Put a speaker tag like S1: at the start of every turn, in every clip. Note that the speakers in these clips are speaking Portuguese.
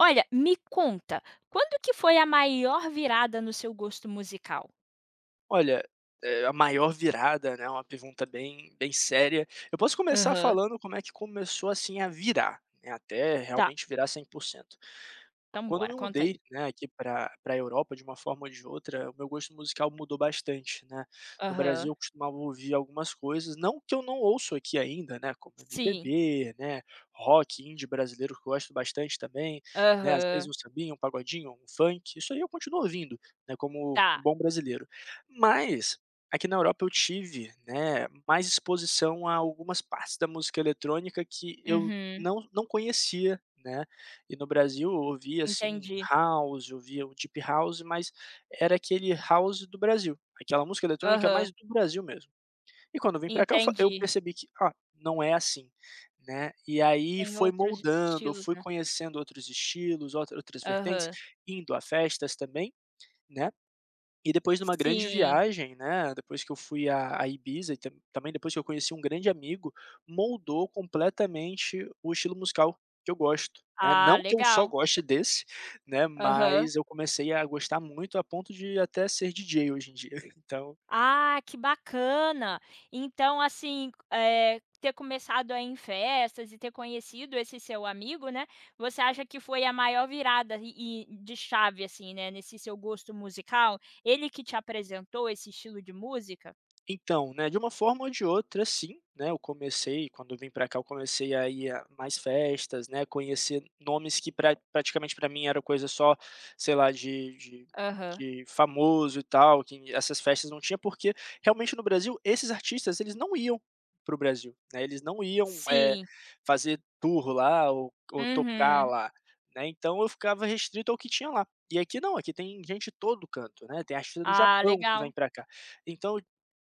S1: Olha, me conta, quando que foi a maior virada no seu gosto musical?
S2: Olha, a maior virada, né, uma pergunta bem séria. Eu posso começar
S1: Aham.
S2: falando como é que começou, assim, a virar, né, até
S1: Tá,
S2: realmente virar 100%.
S1: então
S2: Quando eu
S1: bora,
S2: me
S1: conta aí.
S2: mudei, né, aqui para a Europa, de uma forma ou de outra, o meu gosto musical mudou bastante, né. No
S1: Aham.
S2: Brasil eu costumava ouvir algumas coisas, não que eu não ouço aqui ainda, né, como
S1: Sim.
S2: MPB, né, rock, indie brasileiro que eu gosto bastante também, né, às vezes
S1: Aham.
S2: um sambinha, um pagodinho, um funk, isso aí eu continuo ouvindo, né, como um
S1: Tá.
S2: bom brasileiro. Mas, aqui na Europa eu tive, né, mais exposição a algumas partes da música eletrônica que eu
S1: Uhum.
S2: não conhecia, né. E no Brasil eu ouvia, assim,
S1: Entendi.
S2: house, eu ouvia o deep house, mas era aquele house do Brasil, aquela música eletrônica
S1: Aham.
S2: mais do Brasil mesmo. E quando eu vim para cá eu fa eu
S1: Entendi.
S2: percebi que: "Ah, não é assim", né. E aí
S1: Tem
S2: foi
S1: outros
S2: moldando, eu
S1: estilos,
S2: fui
S1: né.
S2: conhecendo outros estilos, outras vertentes,
S1: Aham.
S2: indo a festas também, né. E depois de uma grande
S1: Sim.
S2: viagem, né, depois que eu fui a Ibiza e também depois que eu conheci um grande amigo, moldou completamente o estilo musical que eu gosto, né.
S1: Ah,
S2: Não que eu só
S1: legal.
S2: goste desse, né,
S1: Aham.
S2: mas eu comecei a gostar muito a ponto de até ser DJ hoje em dia, então
S1: Ah, que bacana! Então, assim, ter começado a ir em festas e ter conhecido esse seu amigo, né, você acha que foi a maior virada e de chave, assim, né, nesse seu gosto musical? Ele que te apresentou esse estilo de música?
S2: Então, né, de uma forma ou de outra, sim, né, eu comecei quando eu vim para cá, eu comecei a ir a mais festas, né, conhecer nomes que praticamente para mim era coisa só, sei lá, de
S1: Aham.
S2: de famoso e tal, que essas festas não tinha, porque realmente no Brasil esses artistas eles não iam para o Brasil, né, eles não iam,
S1: Sim.
S2: fazer tour lá ou tocar
S1: Uhum.
S2: lá, né, então eu ficava restrito ao que tinha lá. E aqui não, aqui tem gente de todo canto, né, tem artista do
S1: Ah,
S2: Japão que
S1: legal.
S2: vem para cá. Então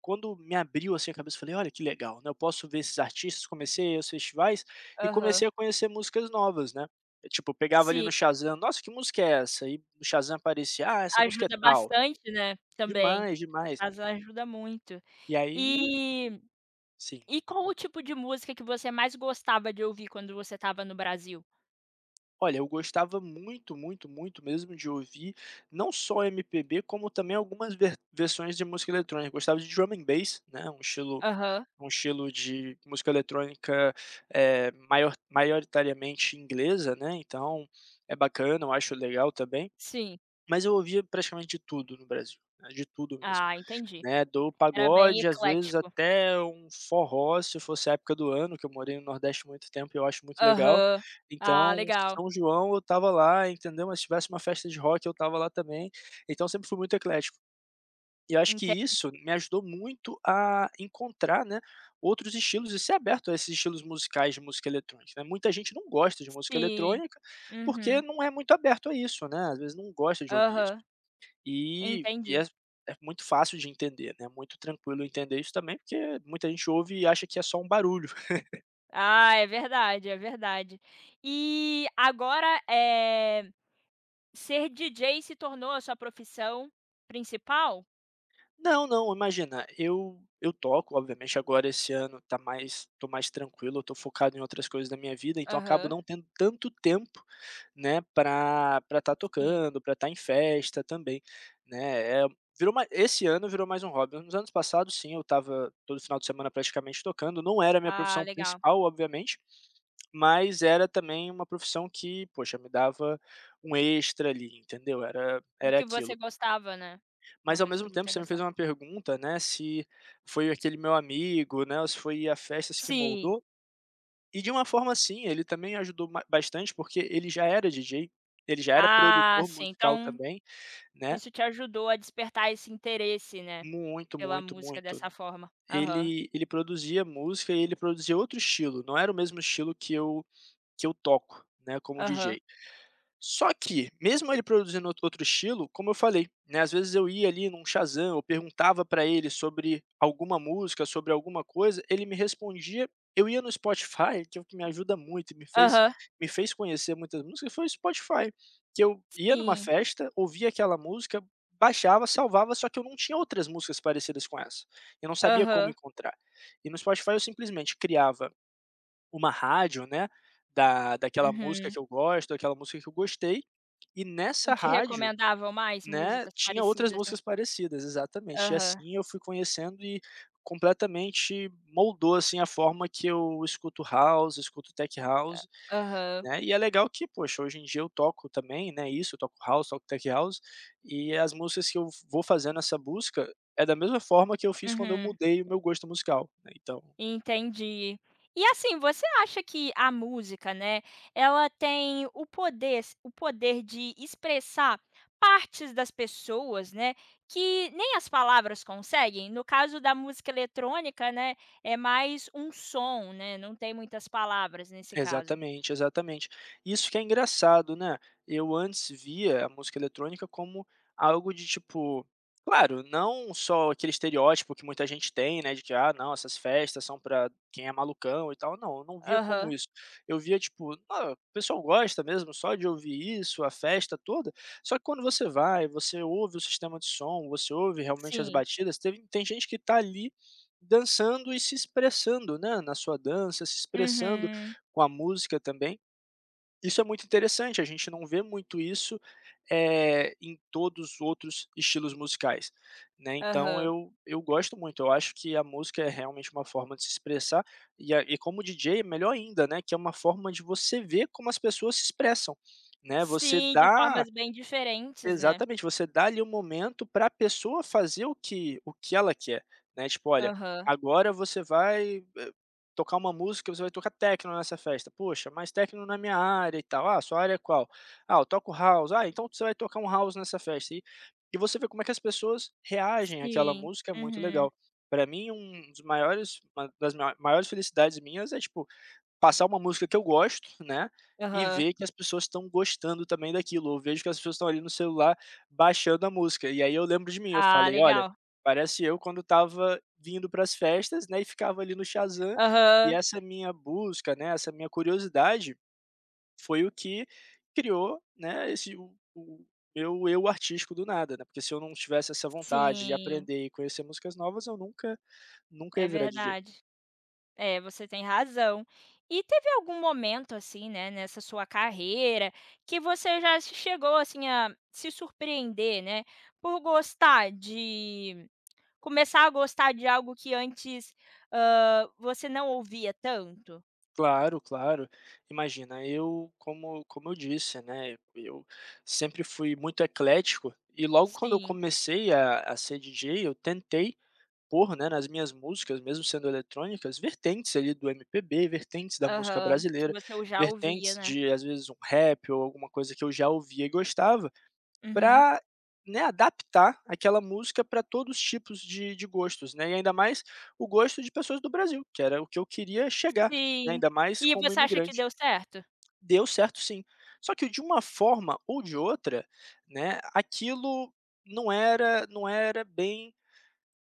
S2: quando me abriu, assim, a cabeça, eu falei: "Olha, que legal, né, eu posso ver esses artistas", comecei a ir aos festivais e
S1: Aham.
S2: comecei a conhecer músicas novas, né. Eu, tipo, eu pegava ali
S1: Sim,
S2: no Shazam: "Nossa, que música é essa?" E no Shazam aparecia: "Ah, essa música é
S1: ajuda
S2: tal".
S1: bastante, né, também.
S2: Demais, demais.
S1: Caso ajuda muito.
S2: E aí
S1: E
S2: sim.
S1: E qual o tipo de música que você mais gostava de ouvir quando você estava no Brasil?
S2: Olha, eu gostava muito, muito, muito mesmo de ouvir não só MPB, como também algumas versões de música eletrônica. Eu gostava de drum and bass, né,
S1: Aham,
S2: um estilo de música eletrônica, maioritariamente inglesa, né, então é bacana, eu acho legal também.
S1: sim.
S2: Mas eu ouvia praticamente de tudo no Brasil, né, de tudo mesmo,
S1: Ah, entendi.
S2: né, do
S1: Era bem
S2: pagode, às vezes
S1: eclético.
S2: até um forró, se fosse a época do ano, que eu morei no Nordeste muito tempo e eu acho muito legal.
S1: Aham. Ah,
S2: Então,
S1: legal.
S2: São João eu tava lá, entendeu, mas se tivesse uma festa de rock eu tava lá também, então sempre fui muito eclético. E eu acho que
S1: Enten
S2: isso me ajudou muito a encontrar, né, outros estilos e ser aberto a esses estilos musicais de música eletrônica, né. Muita gente não gosta de música
S1: Sim.
S2: eletrônica, porque
S1: Uhum.
S2: não é muito aberto a isso, né, às vezes não gosta de ouvir isso.
S1: Aham,
S2: E
S1: entendi.
S2: é muito fácil de entender, né, é muito tranquilo entender isso também, porque muita gente ouve e acha que é só um barulho.
S1: Ah, é verdade, é verdade. E agora, ser DJ se tornou a sua profissão principal?
S2: Não, não, imagina, eu toco, obviamente agora esse ano tá mais tô mais tranquilo, eu tô focado em outras coisas da minha vida, então acabo
S1: Aham,
S2: não tendo tanto tempo, né, pra para estar
S1: sim.
S2: tocando, pra estar em festa também, né, virou mais. Esse ano virou mais um hobby. Nos anos passados sim, eu estava todo final de semana praticamente tocando, não era a minha
S1: Ah,
S2: profissão
S1: legal.
S2: principal, obviamente, mas era também uma profissão que, poxa, me dava um extra ali, entendeu, era
S1: E
S2: era
S1: que você
S2: aquilo.
S1: gostava, né. Uma
S2: Mas ao
S1: coisa que
S2: mesmo tempo
S1: você
S2: você me fez
S1: gostava.
S2: uma pergunta, né, se foi aquele meu amigo, né, ou se foi a festas que
S1: Sim.
S2: moldou, e de uma forma sim, ele também ajudou ma bastante, porque ele já era DJ, ele já era
S1: Ah,
S2: produtor
S1: sim,
S2: musical
S1: então
S2: também, né,
S1: isso te ajudou a despertar esse interesse, né,
S2: muito,
S1: pela
S2: muito,
S1: música
S2: muito.
S1: dessa forma. Aham,
S2: Ele produzia música e ele produzia outro estilo, não era o mesmo estilo que eu toco, né, como
S1: aham,
S2: DJ. Só que, mesmo ele produzindo outro estilo, como eu falei, né, às vezes eu ia ali num Shazam, eu perguntava pra ele sobre alguma música, sobre alguma coisa, ele me respondia. Eu ia no Spotify, que é o que me ajuda muito e
S1: aham,
S2: me fez conhecer muitas músicas, foi o Spotify, que eu ia numa
S1: sim,
S2: festa, ouvia aquela música, baixava, salvava, só que eu não tinha outras músicas parecidas com essa. Eu não sabia como
S1: aham,
S2: encontrar. E no Spotify eu simplesmente criava uma rádio, né, da daquela música
S1: uhum.
S2: que eu gosto, daquela música que eu gostei, e
S1: E
S2: nessa
S1: te
S2: rádio,
S1: recomendavam mais
S2: né,
S1: músicas
S2: tinha outras
S1: parecidas, né?
S2: músicas parecidas, exatamente. E
S1: Aham,
S2: assim eu fui conhecendo e completamente moldou, assim, a forma que eu escuto house, escuto tech
S1: a
S2: house,
S1: aham,
S2: né. E é legal que, poxa, hoje em dia eu toco também, né, isso, eu toco house, toco tech house, e as músicas que eu vou fazendo essa busca, é da mesma forma que eu fiz quando eu
S1: uhum.
S2: mudei o meu gosto musical, né, então
S1: Entendi. E assim, você acha que a música, né, ela tem o poder de expressar partes das pessoas, né, que nem as palavras conseguem? No caso da música eletrônica, né, é mais um som, né, não tem muitas palavras nesse caso.
S2: exatamente, exatamente. Isso que é engraçado, né, eu antes via a música eletrônica como algo de tipo claro, não só aquele estereótipo que muita gente tem, né, de que: "Ah, não, essas festas são pra quem é malucão e tal". Não, eu não via como
S1: Aham,
S2: isso. Eu via tipo: "Ah, o pessoal gosta mesmo só de ouvir isso, a festa toda". Só que quando você vai, você ouve o sistema de som, você ouve realmente as
S1: sim.
S2: batidas, teve tem gente que tá ali dançando e se expressando, né, na sua dança, se expressando
S1: Uhum.
S2: com a música também. Isso é muito interessante, a gente não vê muito isso, em todos os outros estilos musicais, né, então
S1: Aham.
S2: eu gosto muito, eu acho que a música é realmente uma forma de se expressar, e como DJ melhor ainda, né, que é uma forma de você ver como as pessoas se expressam, né, você
S1: Sim, de
S2: dá
S1: formas bem diferentes, né.
S2: exatamente, você dá ali um momento para a pessoa fazer o que ela quer, né, tipo: "Olha,
S1: Aham.
S2: agora você vai, tocar uma música, você vai tocar techno nessa festa". "Poxa, mas techno na minha área e tal". "Ah, sua área é qual?". "Ah, eu toco house". "Ah, então você vai tocar um house nessa festa". E você vê como é que as pessoas reagem àquela
S1: Sim.
S2: música, é muito
S1: Uhum.
S2: legal. Para mim, um dos maiores uma das maiores felicidades minhas é tipo, passar uma música que eu gosto, né, e
S1: Aham.
S2: ver que as pessoas estão gostando também daquilo, ou vejo que as pessoas estão ali no celular baixando a música. E aí eu lembro de mim, eu
S1: Ah,
S2: falei: "Olha,
S1: legal.
S2: parece eu quando estava vindo para as festas, né, e ficava ali no Shazam". E
S1: Aham.
S2: essa minha busca, né, essa minha curiosidade foi o que criou, né, esse o meu eu artístico do nada, né, porque se eu não tivesse essa vontade de
S1: Sim,
S2: aprender e conhecer músicas novas, eu nunca ia
S1: é
S2: virar DJ.
S1: verdade. É, você tem razão. E teve algum momento, assim, né, nessa sua carreira, que você já se chegou, assim, a se surpreender, né, por gostar de começar a gostar de algo que antes, você não ouvia tanto?
S2: Claro, claro. Imagina, eu, como eu disse, né, eu sempre fui muito eclético e logo quando eu
S1: Sim.
S2: comecei a ser DJ, eu tentei pôr, né, nas minhas músicas, mesmo sendo eletrônicas, vertentes ali do MPB, vertentes da música
S1: Aham. Que
S2: brasileira,
S1: você já ouvia,
S2: vertentes
S1: né.
S2: de, às vezes, um rap ou alguma coisa que eu já ouvia e gostava,
S1: Uhum.
S2: para né, adaptar aquela música para todos os tipos de gostos, né, e ainda mais o gosto de pessoas do Brasil, que era o que eu queria chegar, né,
S1: Sim.
S2: ainda mais
S1: E
S2: como
S1: você acha que
S2: imigrante.
S1: deu certo?
S2: Deu certo sim. Só que de uma forma ou de outra, né, aquilo não era bem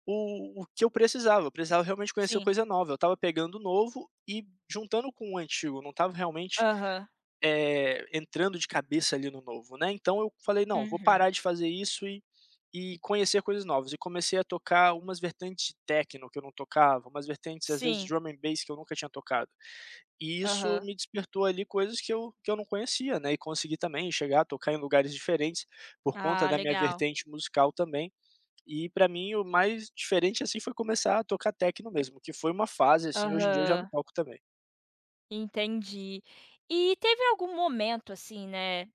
S2: o que eu precisava realmente conhecer
S1: Sim.
S2: coisa nova, eu estava pegando o novo e juntando com o antigo. Eu não estava realmente
S1: Aham.
S2: entrando de cabeça ali no novo, né, então eu falei: "Não, vou
S1: Uhum.
S2: parar de fazer isso e conhecer coisas novas", e comecei a tocar umas vertentes de techno que eu não tocava, umas vertentes, às vezes, de
S1: Sim.
S2: drum and bass que eu nunca tinha tocado. E isso
S1: Aham.
S2: me despertou ali coisas que eu não conhecia, né, e consegui também chegar a tocar em lugares diferentes, por conta
S1: Ah,
S2: da minha
S1: legal.
S2: vertente musical também. E pra mim o mais diferente, assim, foi começar a tocar techno mesmo, que foi uma fase, assim, hoje em dia eu já não
S1: Aham,
S2: toco também.
S1: entendi. E teve algum momento, assim, né,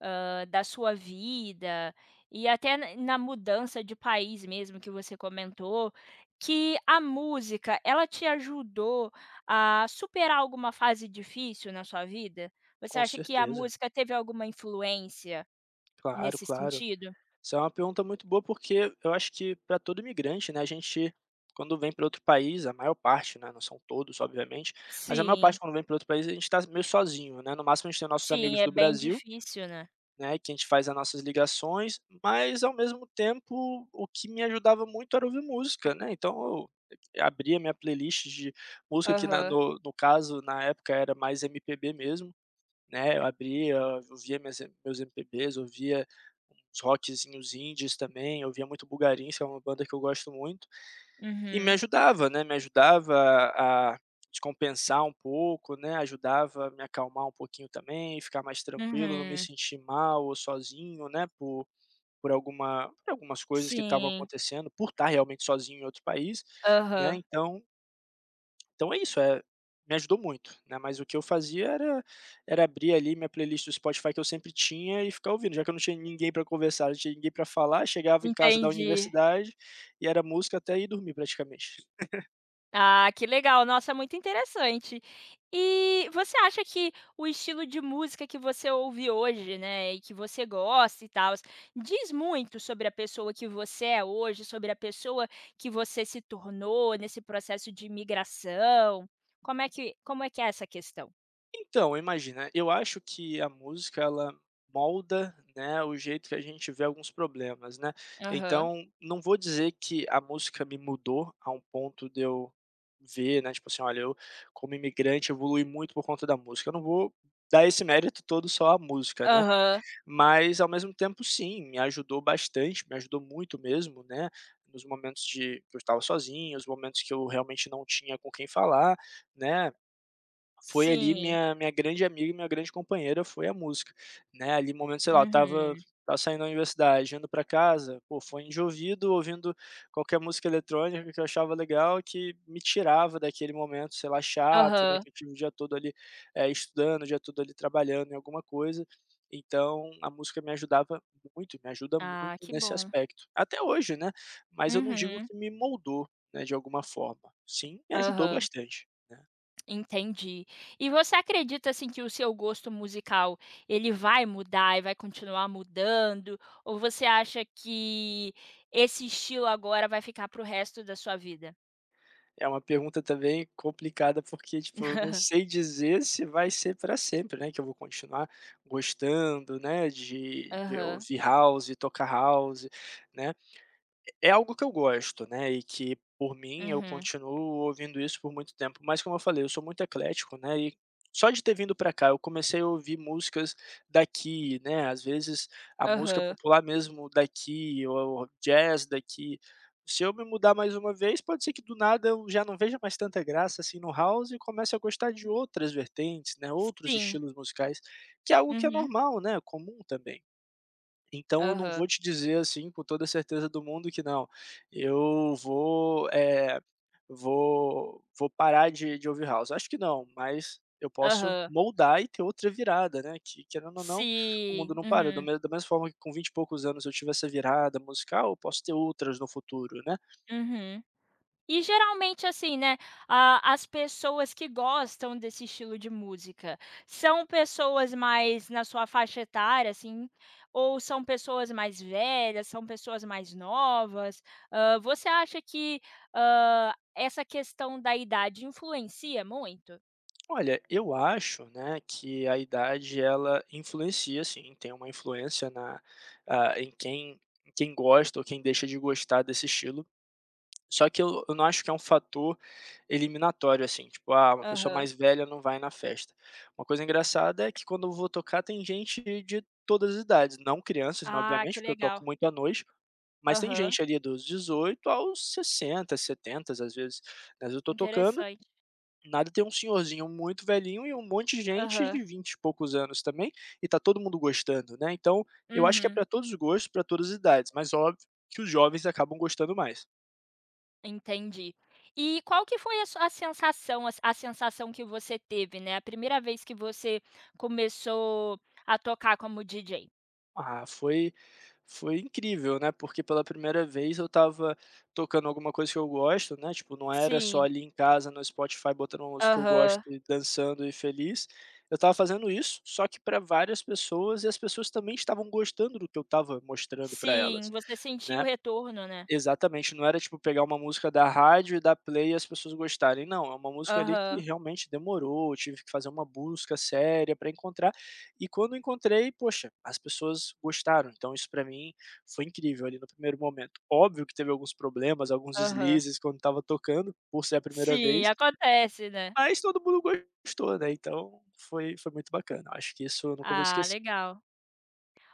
S1: da sua vida e até na mudança de país mesmo que você comentou, que a música ela te ajudou a superar alguma fase difícil na sua vida? Você
S2: Com
S1: acha que a
S2: certeza,
S1: música teve alguma influência
S2: claro,
S1: nesse
S2: claro.
S1: sentido?
S2: Isso é uma pergunta muito boa, porque eu acho que para todo imigrante, né, a gente quando vem para outro país, a maior parte, né, não são todos, obviamente, mas a maior
S1: Sim,
S2: parte quando vem para outro país, a gente está meio sozinho, né? No máximo a gente tem nossos
S1: sim,
S2: amigos
S1: é
S2: do
S1: bem
S2: Brasil,
S1: difícil, né.
S2: né, que a gente faz as nossas ligações, mas ao mesmo tempo o que me ajudava muito era ouvir música, né? Então eu abria minha playlist de música que na,
S1: Aham.
S2: no, no caso, na época era mais MPB mesmo, né? Eu abria, ouvia meus MPBs, ouvia uns rockzinhos indies também, eu ouvia muito Bulgari,ns que é uma banda que eu gosto muito, e me
S1: Uhum,
S2: ajudava, né, me ajudava a descompensar um pouco, né, ajudava a me acalmar um pouquinho também, ficar mais tranquilo, não me
S1: uhum.
S2: sentir mal ou sozinho, né, por algumas coisas que estavam
S1: Sim,
S2: acontecendo, por estar realmente sozinho em outro país, né,
S1: aham.
S2: então é isso, me ajudou muito, né, mas o que eu fazia era abrir ali minha playlist do Spotify que eu sempre tinha e ficar ouvindo, já que eu não tinha ninguém para conversar, não tinha ninguém para falar, chegava em casa da
S1: Entendi.
S2: universidade e era música até ir dormir praticamente.
S1: Ah, que legal, nossa, muito interessante. E você acha que o estilo de música que você ouve hoje, né, e que você gosta e tal, diz muito sobre a pessoa que você é hoje, sobre a pessoa que você se tornou nesse processo de imigração? Como é que é essa questão?
S2: Então, imagina, eu acho que a música ela molda, né, o jeito que a gente vê alguns problemas, né.
S1: Aham.
S2: Então, não vou dizer que a música me mudou a um ponto de eu ver, né, tipo assim: "Olha, eu como imigrante evolui muito por conta da música". Eu não vou dar esse mérito todo só à música, né.
S1: Aham.
S2: Mas, ao mesmo tempo, sim, me ajudou bastante, me ajudou muito mesmo, né, nos momentos de que eu estava sozinho, os momentos que eu realmente não tinha com quem falar, né. Foi ali
S1: Sim.
S2: minha grande companheira foi a música, né, ali momento, sei lá, eu estava
S1: Uhum.
S2: estava saindo da universidade, indo para casa, pô, fone de ouvido, ouvindo qualquer música eletrônica que eu achava legal, que me tirava daquele momento, sei lá, chato, né,
S1: Aham.
S2: que eu tive o dia todo ali, estudando, o dia todo ali trabalhando em alguma coisa. Então a música me ajudava muito, me ajuda
S1: Ah,
S2: muito
S1: que
S2: nesse
S1: bom.
S2: aspecto. Até hoje, né, mas eu não digo
S1: Uhum.
S2: que me moldou, né, de alguma forma. Sim, me ajudou
S1: Aham.
S2: bastante, né.
S1: Entendi. E você acredita, assim, que o seu gosto musical, ele vai mudar e vai continuar mudando? Ou você acha que esse estilo agora vai ficar para o resto da sua vida?
S2: É uma pergunta também complicada, porque, tipo, eu não sei dizer se vai ser para sempre, né, que eu vou continuar gostando, né, de
S1: Aham,
S2: ouvir house, tocar house, né. É algo que eu gosto, né, e que por mim eu
S1: uhum,
S2: continuo ouvindo isso por muito tempo, mas como eu falei, eu sou muito eclético, né, e só de ter vindo pra cá eu comecei a ouvir músicas daqui, né, às vezes a música
S1: aham.
S2: popular mesmo daqui ou jazz daqui. Se eu me mudar mais uma vez, pode ser que do nada eu já não veja mais tanta graça, assim, no house e comece a gostar de outras vertentes, né, outros
S1: Sim.
S2: estilos musicais, que é algo que é
S1: Uhum.
S2: normal, né, comum também. Então eu não
S1: Aham,
S2: vou te dizer, assim, com toda a certeza do mundo que não, eu vou, eh, vou vou parar de ouvir house, acho que não, mas eu posso
S1: aham.
S2: moldar e ter outra virada, né, que querendo ou não, o mundo
S1: Sim.
S2: não para, do
S1: Uhum,
S2: me da mesma forma que com 20 e poucos anos eu tive essa virada musical, eu posso ter outras no futuro, né.
S1: uhum. E geralmente assim, né, a as pessoas que gostam desse estilo de música, são pessoas mais na sua faixa etária, assim, ou são pessoas mais velhas, são pessoas mais novas? Você acha que, essa questão da idade influencia muito?
S2: Olha, eu acho, né, que a idade ela influencia sim, tem uma influência na em quem gosta ou quem deixa de gostar desse estilo. Só que eu não acho que é um fator eliminatório, assim, tipo: "Ah, uma pessoa
S1: Aham.
S2: mais velha não vai na festa". Uma coisa engraçada é que quando eu vou tocar tem gente de todas as idades, não crianças, né,
S1: Ah,
S2: obviamente,
S1: que
S2: porque eu
S1: legal.
S2: toco muito à noite, mas tem
S1: Aham,
S2: gente ali dos 18 aos 60, 70, às vezes, mas eu tô tocando,
S1: interessante.
S2: nada, tem um senhorzinho muito velhinho e um monte de gente
S1: Aham.
S2: de 20 e poucos anos também, e tá todo mundo gostando, né, então eu acho que é
S1: Uhum.
S2: para todos os gostos, para todas as idades, mas óbvio que os jovens acabam gostando mais.
S1: Entendi. E qual que foi a su a sensação que você teve, né, a primeira vez que você começou a tocar como DJ?
S2: Ah, foi incrível, né, porque pela primeira vez eu estava tocando alguma coisa que eu gosto, né, tipo, não era só
S1: Sim.
S2: ali em casa no Spotify botando uma música que eu gosto
S1: Aham.
S2: e dançando e feliz. Eu estava fazendo isso, só que para várias pessoas e as pessoas também estavam gostando do que eu estava mostrando para
S1: Sim,
S2: elas,
S1: você sentiu o
S2: né.
S1: retorno, né.
S2: Exatamente, não era tipo pegar uma música da rádio e dar play e as pessoas gostarem, não, é uma música ali que
S1: Aham,
S2: realmente demorou, eu tive que fazer uma busca séria para encontrar, e quando encontrei, poxa, as pessoas gostaram, então isso para mim foi incrível ali no primeiro momento. Óbvio que teve alguns problemas, alguns
S1: aham.
S2: deslizes quando estava tocando, por ser a primeira
S1: Sim,
S2: vez,
S1: acontece, né.
S2: mas todo mundo gostou, né, então foi muito bacana, acho que isso eu nunca vou
S1: Ah,
S2: esquecer.
S1: legal.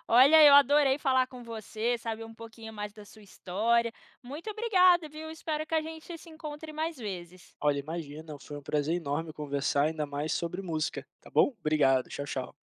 S1: Olha, eu adorei falar com você, saber um pouquinho mais da sua história. Muito obrigada, viu. Espero que a gente se encontre mais vezes.
S2: Olha, imagina, foi um prazer enorme conversar, ainda mais sobre música, tá bom? Obrigado, tchau, tchau.